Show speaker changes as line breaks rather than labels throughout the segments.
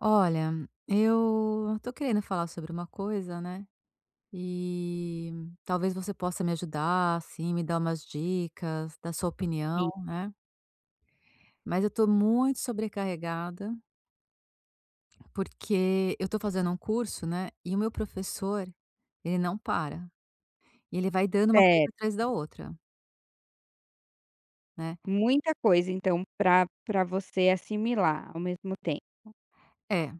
Olha, eu tô querendo falar sobre uma coisa, né? E talvez você possa me ajudar, assim, me dar umas dicas, dar sua opinião,
Sim,
né? Mas eu tô muito sobrecarregada porque eu tô fazendo um curso, né? E o meu professor, ele não para. E ele vai dando uma coisa
certo.
atrás da outra, né?
Muita coisa então para você assimilar ao mesmo tempo,
É,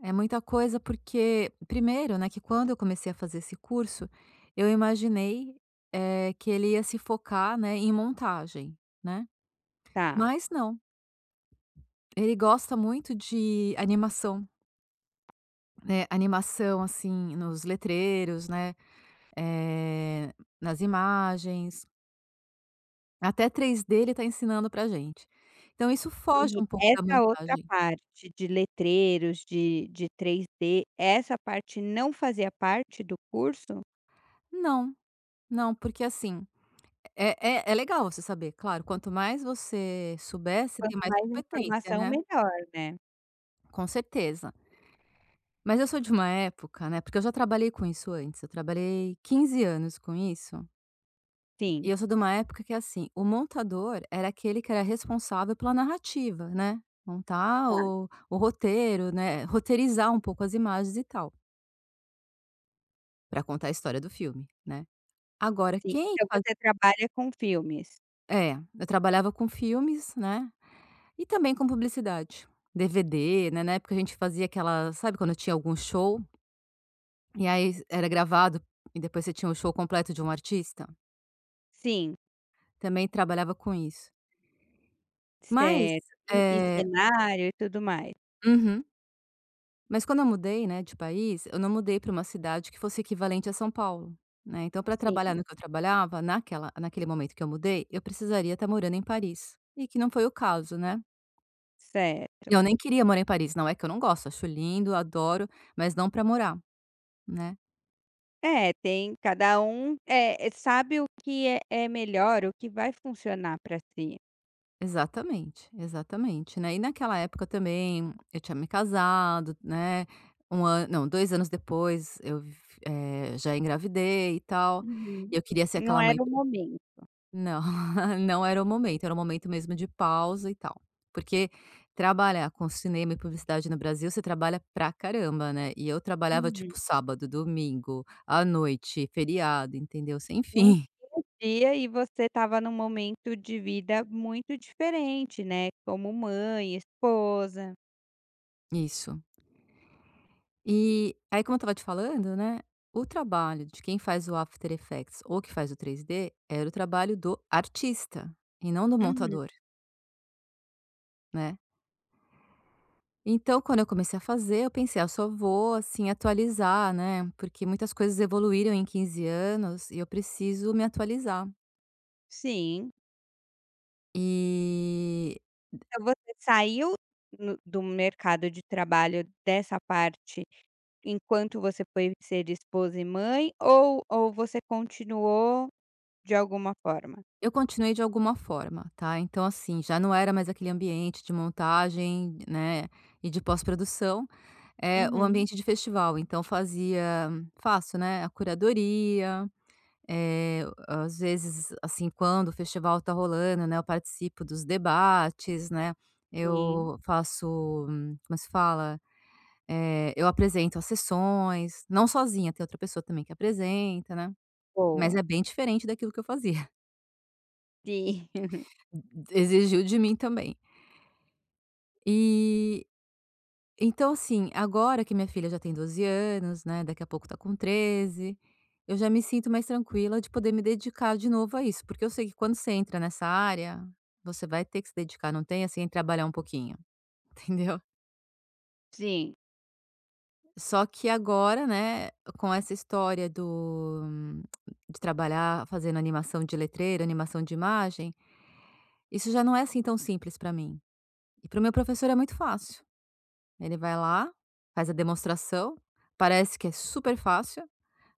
é muita coisa porque, primeiro, né, que quando eu comecei a fazer esse curso, eu imaginei, que ele ia se focar, né, em montagem, né?
tá.
Mas não, ele gosta muito de animação, né, animação, assim, nos letreiros, né, eh, nas imagens, até 3D ele tá ensinando pra gente. Então isso foge
E
um pouco da
essa outra
montagem.
parte de letreiros, de 3D essa parte não fazia parte do curso?
Não, não, porque assim, é é legal você saber, claro, quanto mais você souber, você tem
Quanto
mais
mais
competência,
informação
né,
melhor, né.
com certeza. Mas eu sou de uma época, né, porque eu já trabalhei com isso antes, eu trabalhei 15 anos com isso.
Sim,
E eu sou de uma época que, assim, o montador era aquele que era responsável pela narrativa, né, montar
tá,
o roteiro, né, roteirizar um pouco as imagens e tal, para contar a história do filme, né. Agora
sim.
quem
Então
faz
você trabalha com filmes.
é, eu trabalhava com filmes, né, e também com publicidade, DVD, né, na época a gente fazia aquela, sabe, quando tinha algum show, e aí era gravado e depois você tinha o show completo de um artista?
Sim,
Também trabalhava com isso. Mas,
certo. E
eh
cenário e tudo mais.
uhum. Mas quando eu mudei, né, de país, eu não mudei para uma cidade que fosse equivalente a São Paulo, né, então para
Sim,
trabalhar no que eu trabalhava, naquela naquele momento que eu mudei, eu precisaria estar morando em Paris, e que não foi o caso, né.
certo.
Eu nem queria morar em Paris, não é que eu não gosto, acho lindo, adoro, mas não para morar, né.
É, tem cada um, sabe o que é melhor, o que vai funcionar para si.
Exatamente, exatamente, né. E naquela época também, eu tinha me casado, né, um ano não, 2 anos depois eu já engravidei e tal, e
Uhum.
eu queria ser
Não
aquela mãe.
era o momento.
Não, não era o momento, era o momento mesmo de pausa e tal. Porque trabalhar com cinema e publicidade no Brasil, você trabalha pra caramba, né. E eu trabalhava
Uhum.
tipo sábado, domingo, à noite, feriado, entendeu, sem
Não
fim.
tinha dia e você estava num momento de vida muito diferente, né, como mãe, esposa.
Isso. E aí, como eu estava te falando, né, o trabalho de quem faz o After Effects ou que faz o 3D era o trabalho do artista e não do
Uhum.
montador, né. Então, quando eu comecei a fazer, eu pensei: "Ah, eu só vou, assim, atualizar, né, porque muitas coisas evoluíram em 15 anos e eu preciso me atualizar".
Sim.
E
Então você saiu no do mercado de trabalho dessa parte enquanto você foi ser esposa e mãe ou você continuou de alguma forma?
eu continuei de alguma forma, tá. Então, assim, já não era mais aquele ambiente de montagem, né, e de pós-produção, é o
Uhum.
ambiente de festival. Então fazia faço, né, a curadoria. Eh, às vezes, assim, quando o festival tá rolando, né, eu participo dos debates, né,
Sim.
eu faço, como se fala? Eu apresento as sessões, não sozinha, tem outra pessoa também que apresenta, né, mas
Boa.
é bem diferente daquilo que eu fazia.
Sim,
Exigiu de mim também. E Então, assim, agora que minha filha já tem 12 anos, né, daqui a pouco tá com 13. Eu já me sinto mais tranquila de poder me dedicar de novo a isso, porque eu sei que quando você entra nessa área, você vai ter que se dedicar, não tem assim trabalhar um pouquinho, entendeu?
sim.
Só que agora, né, com essa história do de trabalhar fazendo animação de letreiro, animação de imagem, isso já não é assim tão simples pra mim. E para o meu professor é muito fácil. Ele vai lá, faz a demonstração, parece que é super fácil,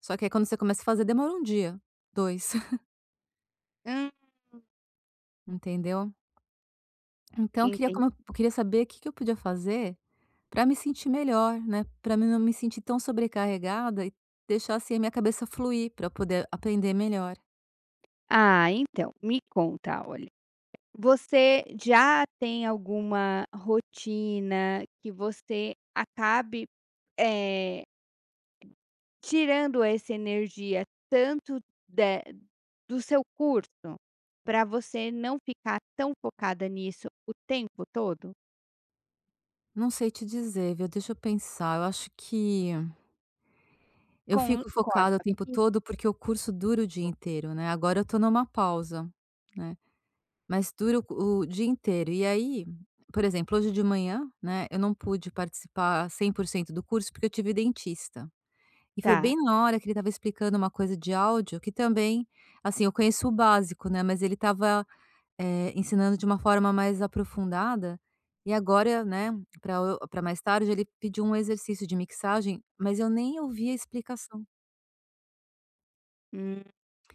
só que aí quando você começa a fazer demora um dia, 2,
Hum,
entendeu. Então eu queria,
entendi.
como eu queria saber o que que eu podia fazer para me sentir melhor, né, para mim não me sentir tão sobrecarregada e deixar, assim, a minha cabeça fluir para eu poder aprender melhor.
Ah, então, me conta, olha, você já tem alguma rotina que você acabe, eh, tirando essa energia tanto da do seu curso, para você não ficar tão focada nisso o tempo todo?
Não sei te dizer, viu, deixa eu pensar, eu acho que eu
Com
fico
com a
focada o
sua
tempo
fi
todo, porque o curso dura o dia inteiro, né, agora eu tô numa pausa, né. Mas dura o dia inteiro. E aí, por exemplo, hoje de manhã, né, eu não pude participar 100% do curso, porque eu tive dentista. E foi
tá.
bem na hora que ele estava explicando uma coisa de áudio que também, assim, eu conheço o básico, né, mas ele estava, ensinando de uma forma mais aprofundada. E agora, né, para mais tarde, ele pediu um exercício de mixagem, mas eu nem ouvi a explicação.
Hum.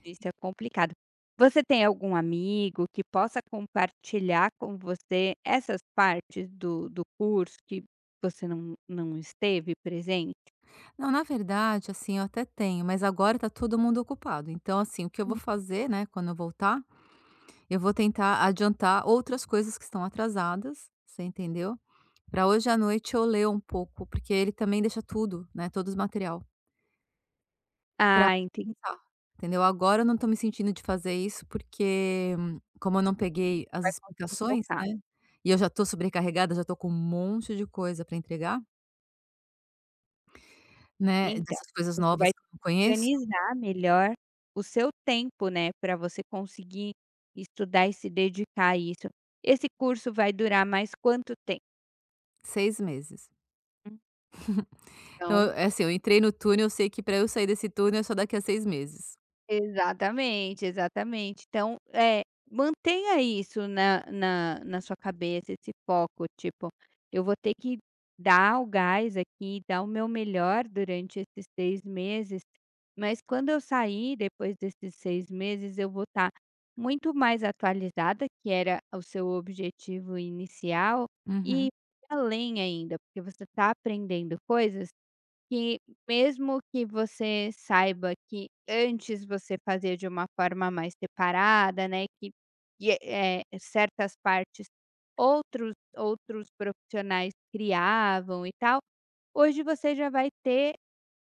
Isso é complicado. Você tem algum amigo que possa compartilhar com você essas partes do curso que você não esteve presente?
Não, na verdade, assim, eu até tenho, mas agora tá todo mundo ocupado. Então, assim, o que eu vou
Hum.
fazer, né, quando eu voltar, eu vou tentar adiantar outras coisas que estão atrasadas, você entendeu? Para hoje à noite eu ler um pouco, porque ele também deixa tudo, né, todo o material pra
Ah, entendi. Hum,
pensar, entendeu? Agora eu não tô me sentindo de fazer isso, porque, como eu não peguei as
vai conseguir
explicações,
focar.
né, e eu já tô sobrecarregada, já tô com um monte de coisa para entregar, né,
Então,
dessas coisas
você vai
novas que eu não conheço,
organizar melhor o seu tempo, né, para você conseguir estudar e se dedicar a isso. Esse curso vai durar mais quanto tempo?
6 meses.
Hum.
Então,
Então,
é assim, eu entrei no túnel, eu sei que para eu sair desse túnel é só daqui a 6 meses.
exatamente, exatamente. Então, é, mantenha isso na sua cabeça, esse foco, tipo: "Eu vou ter que dar o gás aqui, dar o meu melhor durante esses 6 meses, mas quando eu sair depois desses 6 meses, eu vou estar muito mais atualizada", que era o seu objetivo inicial, e
Uhum.
além ainda, porque você está aprendendo coisas que, mesmo que você saiba que antes você fazia de uma forma mais separada, né, certas partes outros profissionais criavam e tal, hoje você já vai ter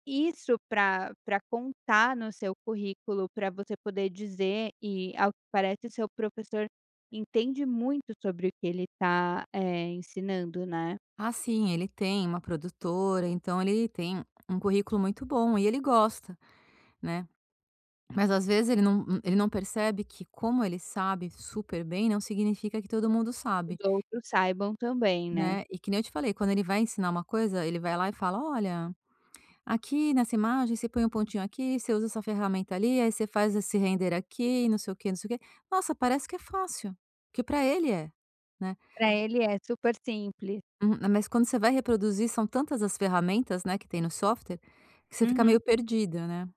isso para para contar no seu currículo, para você poder dizer, e ao que parece o seu professor entende muito sobre o que ele está ensinando, né,
Ah, sim, ele tem uma produtora, então ele tem um currículo muito bom e ele gosta, né. Mas às vezes ele não, ele não percebe que como ele sabe super bem, não significa que todo mundo sabe,
os outros saibam também, né.
né. E que nem eu te falei, quando ele vai ensinar uma coisa, ele vai lá e fala: "Olha, aqui nessa imagem você põe um pontinho aqui, você usa essa ferramenta ali, aí você faz esse render aqui não sei o quê, não sei o quê". Nossa, parece que é fácil, que para ele é, né.
Pra ele é super simples.
Uhum. Ah, mas quando você vai reproduzir, são tantas as ferramentas, né, que tem no software, que você fica
Uhum.
meio perdida, né.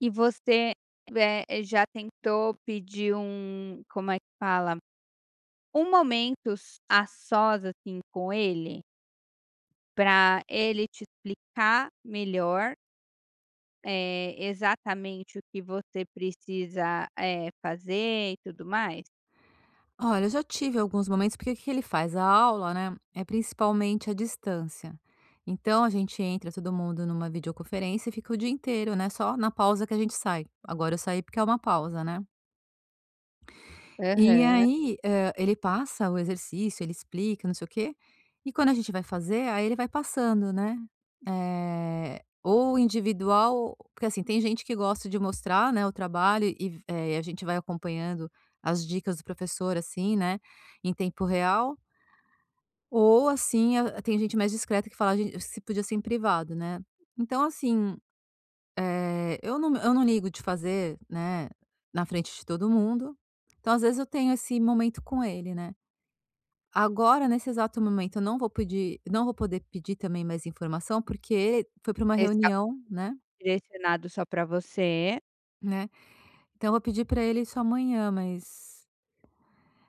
E você, já tentou pedir um, como é que fala? Um momento s a sós, assim, com ele, pra ele te explicar melhor, exatamente o que você precisa, fazer e tudo mais?
Olha, eu já tive alguns momentos porque o que que ele faz? A aula, né, é principalmente à distância. Então a gente entra todo mundo numa videoconferência e fica o dia inteiro, né, só na pausa que a gente sai. Agora eu saí porque é uma pausa, né. E
Aham.
aí, hã, ele passa o exercício, ele explica, não sei o quê, e quando a gente vai fazer, aí ele vai passando, né, ou individual porque, assim, tem gente que gosta de mostrar, né, o trabalho e, a gente vai acompanhando as dicas do professor, assim, né, em tempo real, ou assim, a tem gente mais discreta que fala: "A se podia ser em privado", né. Então assim, eu não ligo de fazer, né, na frente de todo mundo, então às vezes eu tenho esse momento com ele, né. Agora, nesse exato momento, eu não vou pedir, não vou poder pedir também mais informação, porque ele foi para uma
Esse é algo
reunião, né,
direcionado só pra você.
né, então eu vou pedir para ele isso amanhã, mas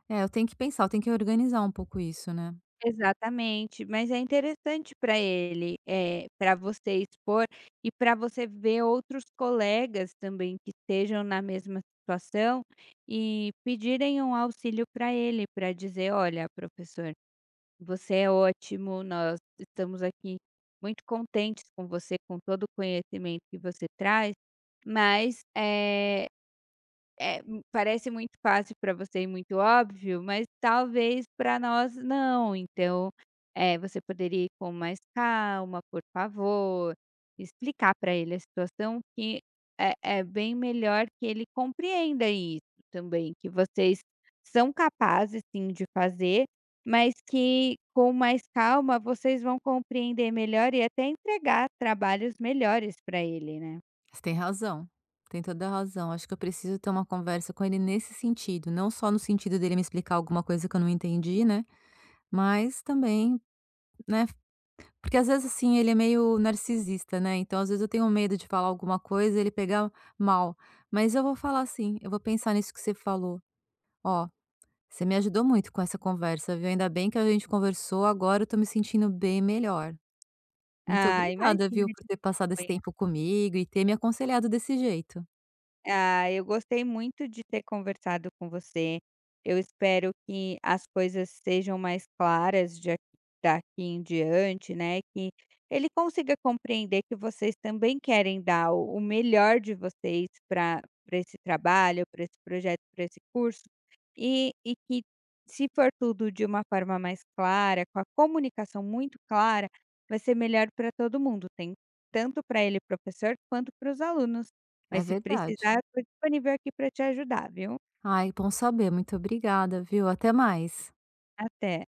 é, eu tenho que pensar, eu tenho que organizar um pouco isso, né.
Exatamente, mas é interessante para ele, é para você expor e para você ver outros colegas também que estejam na mesma situação e pedirem um auxílio para ele, para dizer: "Olha, professor, você é ótimo, nós estamos aqui muito contentes com você, com todo o conhecimento que você traz, mas, eh." É, m- parece muito fácil para você e muito óbvio, mas talvez para nós não, então, você poderia ir com mais calma, por favor, explicar para ele a situação, que é é bem melhor que ele compreenda isso também, que vocês são capazes sim de fazer, mas que com mais calma vocês vão compreender melhor e até entregar trabalhos melhores para ele, né.
Você tem razão, tem toda a razão, acho que eu preciso ter uma conversa com ele nesse sentido, não só no sentido dele me explicar alguma coisa que eu não entendi, né, mas também, né, porque às vezes, assim, ele é meio narcisista, né, então às vezes eu tenho medo de falar alguma coisa, e ele pegar mal, mas eu vou falar assim, eu vou pensar nisso que você falou: "Ó, você me ajudou muito com essa conversa, viu, ainda bem que a gente conversou, agora eu tô me sentindo bem melhor. Muito
Ah,
obrigada, viu,
imagina.
por ter passado esse tempo comigo e ter me aconselhado desse jeito".
Ah, eu gostei muito de ter conversado com você. Eu espero que as coisas sejam mais claras de daqui em diante, né? Que ele consiga compreender que vocês também querem dar o melhor de vocês para para esse trabalho, para esse projeto, para esse curso, e que, se for tudo de uma forma mais clara, com a comunicação muito clara, vai ser melhor para todo mundo, tem tanto para ele, professor, quanto para os alunos.
É
Mas se
verdade.
precisar, eu tô disponível aqui para te ajudar, viu.
Ai, bom saber, muito obrigada, viu, até mais.
Até.